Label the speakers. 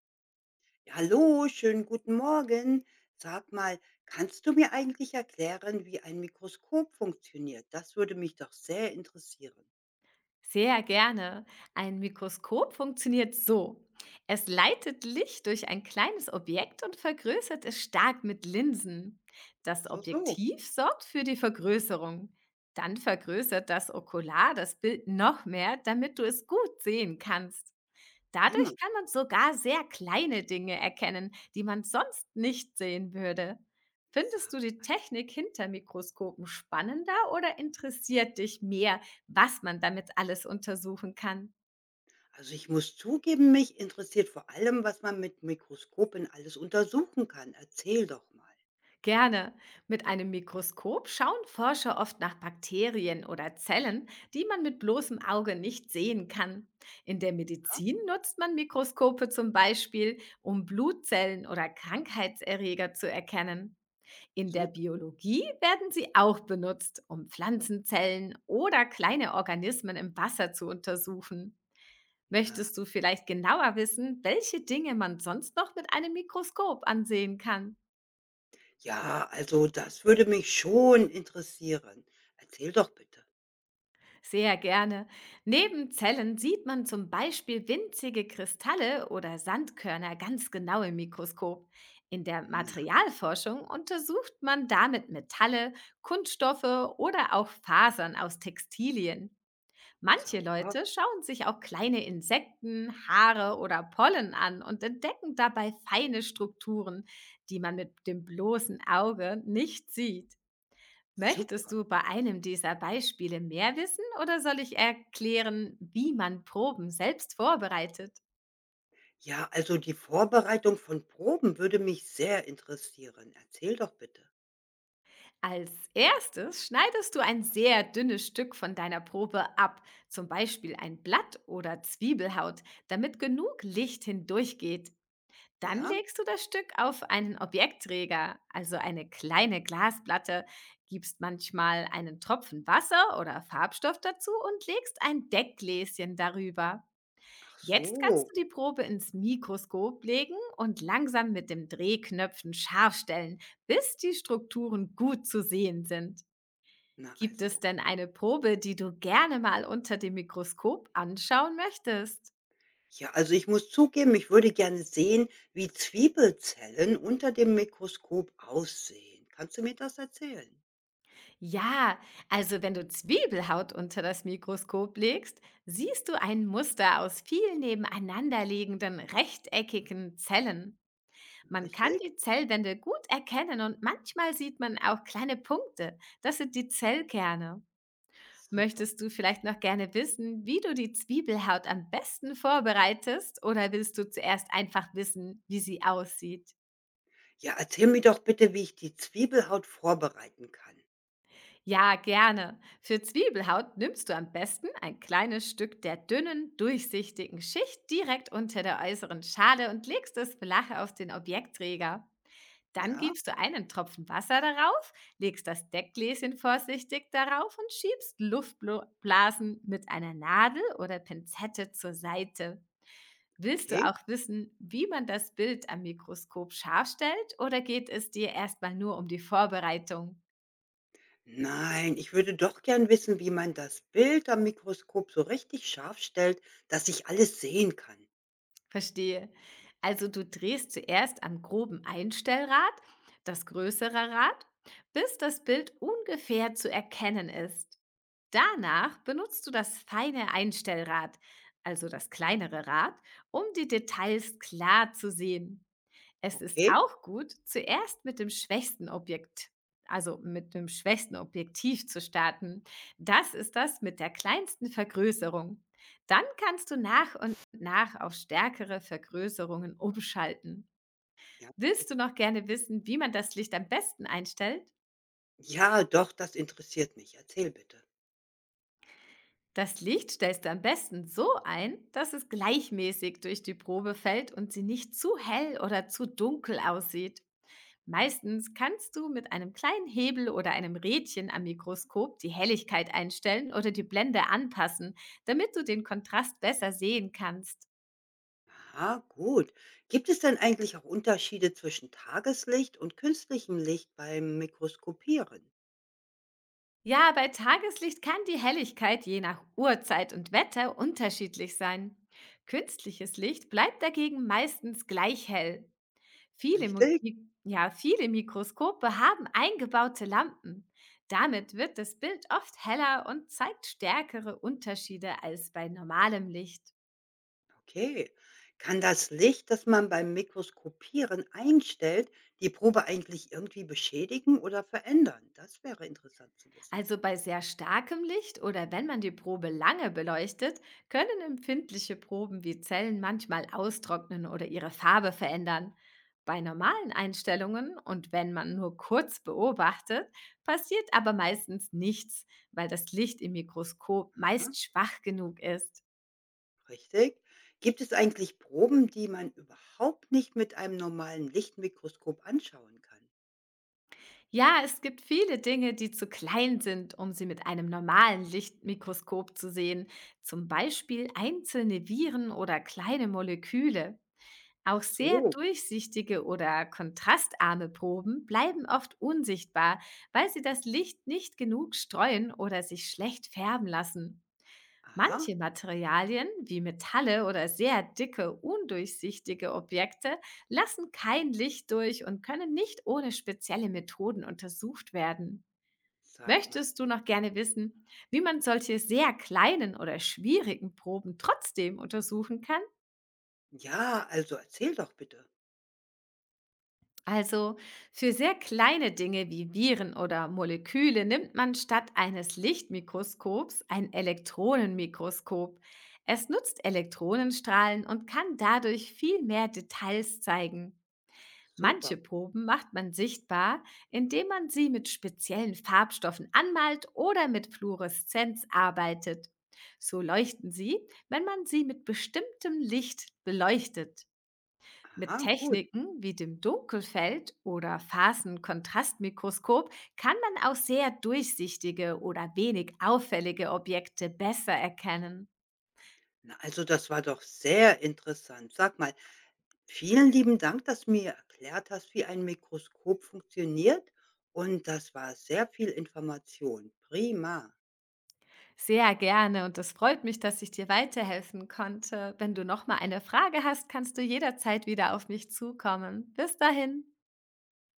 Speaker 1: Ja, hallo, schönen guten Morgen. Sag mal, kannst du mir eigentlich erklären, wie ein Mikroskop funktioniert? Das würde mich doch sehr interessieren.
Speaker 2: Sehr gerne. Ein Mikroskop funktioniert so. Es leitet Licht durch ein kleines Objekt und vergrößert es stark mit Linsen. Das
Speaker 1: So, so,
Speaker 2: Objektiv sorgt für die Vergrößerung. Dann vergrößert das Okular das Bild noch mehr, damit du es gut sehen kannst.
Speaker 1: prima.
Speaker 2: Dadurch kann man sogar sehr kleine Dinge erkennen, die man sonst nicht sehen würde. Findest
Speaker 1: Sa-
Speaker 2: du die Technik hinter Mikroskopen spannender oder interessiert dich mehr, was man damit alles untersuchen kann?
Speaker 1: Also ich muss zugeben, mich interessiert vor allem, was man mit Mikroskopen alles untersuchen kann. Erzähl doch mal.
Speaker 2: Gerne. Mit einem Mikroskop schauen Forscher oft nach Bakterien oder Zellen, die man mit bloßem Auge nicht sehen kann. In der
Speaker 1: Ja?
Speaker 2: Medizin nutzt man Mikroskope zum Beispiel, um Blutzellen oder Krankheitserreger zu erkennen. In der
Speaker 1: Super.
Speaker 2: Biologie werden sie auch benutzt, um Pflanzenzellen oder kleine Organismen im Wasser zu untersuchen.
Speaker 1: Na,
Speaker 2: Möchtest du vielleicht genauer wissen, welche Dinge man sonst noch mit einem Mikroskop ansehen kann?
Speaker 1: ja, also das würde mich schon interessieren. Erzähl doch bitte.
Speaker 2: Sehr gerne. Neben Zellen sieht man zum Beispiel winzige Kristalle oder Sandkörner ganz genau im Mikroskop. In der
Speaker 1: Na,
Speaker 2: Materialforschung untersucht man damit Metalle, Kunststoffe oder auch Fasern aus Textilien. Manche
Speaker 1: sauber.
Speaker 2: Leute schauen sich auch kleine Insekten, Haare oder Pollen an und entdecken dabei feine Strukturen, die man mit dem bloßen Auge nicht sieht. Möchtest
Speaker 1: Super.
Speaker 2: du bei einem dieser Beispiele mehr wissen oder soll ich erklären, wie man Proben selbst vorbereitet?
Speaker 1: Ja, also die Vorbereitung von Proben würde mich sehr interessieren. Erzähl doch bitte.
Speaker 2: Als erstes schneidest du ein sehr dünnes Stück von deiner Probe ab, zum Beispiel ein Blatt oder Zwiebelhaut, damit genug Licht hindurchgeht. Dann
Speaker 1: Ja?
Speaker 2: legst du das Stück auf einen Objektträger, also eine kleine Glasplatte, gibst manchmal einen Tropfen Wasser oder Farbstoff dazu und legst ein Deckgläschen darüber.
Speaker 1: Ach
Speaker 2: Jetzt kannst
Speaker 1: so.
Speaker 2: du die Probe ins Mikroskop legen und langsam mit dem Drehknöpfen scharf stellen, bis die Strukturen gut zu sehen sind.
Speaker 1: Na
Speaker 2: Gibt es
Speaker 1: also.
Speaker 2: denn eine Probe, die du gerne mal unter dem Mikroskop anschauen möchtest?
Speaker 1: Ja, also ich muss zugeben, ich würde gerne sehen, wie Zwiebelzellen unter dem Mikroskop aussehen. Kannst du mir das erzählen?
Speaker 2: Ja, also wenn du Zwiebelhaut unter das Mikroskop legst, siehst du ein Muster aus vielen nebeneinanderliegenden rechteckigen Zellen. Man kann die
Speaker 1: Richtig?
Speaker 2: Zellwände gut erkennen und manchmal sieht man auch kleine Punkte. Das sind die Zellkerne.
Speaker 1: Super.
Speaker 2: Möchtest du vielleicht noch gerne wissen, wie du die Zwiebelhaut am besten vorbereitest oder willst du zuerst einfach wissen, wie sie aussieht?
Speaker 1: Ja, erzähl mir doch bitte, wie ich die Zwiebelhaut vorbereiten kann.
Speaker 2: Ja, gerne. Für Zwiebelhaut nimmst du am besten ein kleines Stück der dünnen, durchsichtigen Schicht direkt unter der äußeren Schale und legst es flach auf den Objektträger. Dann
Speaker 1: Ja?
Speaker 2: gibst du einen Tropfen Wasser darauf, legst das Deckgläschen vorsichtig darauf und schiebst Luftblasen mit einer Nadel oder Pinzette zur Seite. Willst du
Speaker 1: Okay.
Speaker 2: auch wissen, wie man das Bild am Mikroskop scharf stellt oder geht es dir erstmal nur um die Vorbereitung?
Speaker 1: Nein, ich würde doch gern wissen, wie man das Bild am Mikroskop so richtig scharf stellt, dass ich alles sehen kann.
Speaker 2: Verstehe. Also du drehst zuerst am groben Einstellrad, das größere Rad, bis das Bild ungefähr zu erkennen ist. Danach benutzt du das feine Einstellrad, also das kleinere Rad, um die Details klar zu sehen. Es ist
Speaker 1: Okay,
Speaker 2: auch gut, zuerst mit dem schwächsten Objekt, also mit dem schwächsten Objektiv zu starten. Das ist das mit der kleinsten Vergrößerung. Dann kannst du nach und nach auf stärkere Vergrößerungen umschalten.
Speaker 1: ja.
Speaker 2: Willst du noch gerne wissen, wie man das Licht am besten einstellt?
Speaker 1: Ja, doch, das interessiert mich. Erzähl bitte.
Speaker 2: Das Licht stellst du am besten so ein, dass es gleichmäßig durch die Probe fällt und sie nicht zu hell oder zu dunkel aussieht. Meistens kannst du mit einem kleinen Hebel oder einem Rädchen am Mikroskop die Helligkeit einstellen oder die Blende anpassen, damit du den Kontrast besser sehen kannst.
Speaker 1: Aha, gut. Gibt es denn eigentlich auch Unterschiede zwischen Tageslicht und künstlichem Licht beim Mikroskopieren?
Speaker 2: Ja, bei Tageslicht kann die Helligkeit je nach Uhrzeit und Wetter unterschiedlich sein. Künstliches Licht bleibt dagegen meistens gleich hell. Viele,
Speaker 1: Richtig?
Speaker 2: Ja, viele Mikroskope haben eingebaute Lampen. Damit wird das Bild oft heller und zeigt stärkere Unterschiede als bei normalem Licht.
Speaker 1: Okay. Kann das Licht, das man beim Mikroskopieren einstellt, die Probe eigentlich irgendwie beschädigen oder verändern? Das wäre interessant zu wissen.
Speaker 2: Also bei sehr starkem Licht oder wenn man die Probe lange beleuchtet, können empfindliche Proben wie Zellen manchmal austrocknen oder ihre Farbe verändern. Bei normalen Einstellungen und wenn man nur kurz beobachtet, passiert aber meistens nichts, weil das Licht im Mikroskop
Speaker 1: Ja,
Speaker 2: meist schwach genug ist.
Speaker 1: richtig. Gibt es eigentlich Proben, die man überhaupt nicht mit einem normalen Lichtmikroskop anschauen kann?
Speaker 2: Ja, es gibt viele Dinge, die zu klein sind, um sie mit einem normalen Lichtmikroskop zu sehen, zum Beispiel einzelne Viren oder kleine Moleküle. Auch
Speaker 1: Ach
Speaker 2: sehr
Speaker 1: so.
Speaker 2: durchsichtige oder kontrastarme Proben bleiben oft unsichtbar, weil sie das Licht nicht genug streuen oder sich schlecht färben lassen.
Speaker 1: Aha,
Speaker 2: Manche Materialien, wie Metalle oder sehr dicke, undurchsichtige Objekte, lassen kein Licht durch und können nicht ohne spezielle Methoden untersucht werden.
Speaker 1: sag mal.
Speaker 2: Möchtest du noch gerne wissen, wie man solche sehr kleinen oder schwierigen Proben trotzdem untersuchen kann?
Speaker 1: Ja, also erzähl doch bitte.
Speaker 2: Also für sehr kleine Dinge wie Viren oder Moleküle nimmt man statt eines Lichtmikroskops ein Elektronenmikroskop. Es nutzt Elektronenstrahlen und kann dadurch viel mehr Details zeigen.
Speaker 1: Super.
Speaker 2: Manche Proben macht man sichtbar, indem man sie mit speziellen Farbstoffen anmalt oder mit Fluoreszenz arbeitet. So leuchten sie, wenn man sie mit bestimmtem Licht beleuchtet. Mit
Speaker 1: Aha, gut.
Speaker 2: Techniken wie dem Dunkelfeld oder Phasenkontrastmikroskop kann man auch sehr durchsichtige oder wenig auffällige Objekte besser erkennen.
Speaker 1: Na, also das war doch sehr interessant. Sag mal, vielen lieben Dank, dass du mir erklärt hast, wie ein Mikroskop funktioniert. Und das war sehr viel Information. Prima.
Speaker 2: Sehr gerne und es freut mich, dass ich dir weiterhelfen konnte. Wenn du noch mal eine Frage hast, kannst du jederzeit wieder auf mich zukommen. Bis dahin.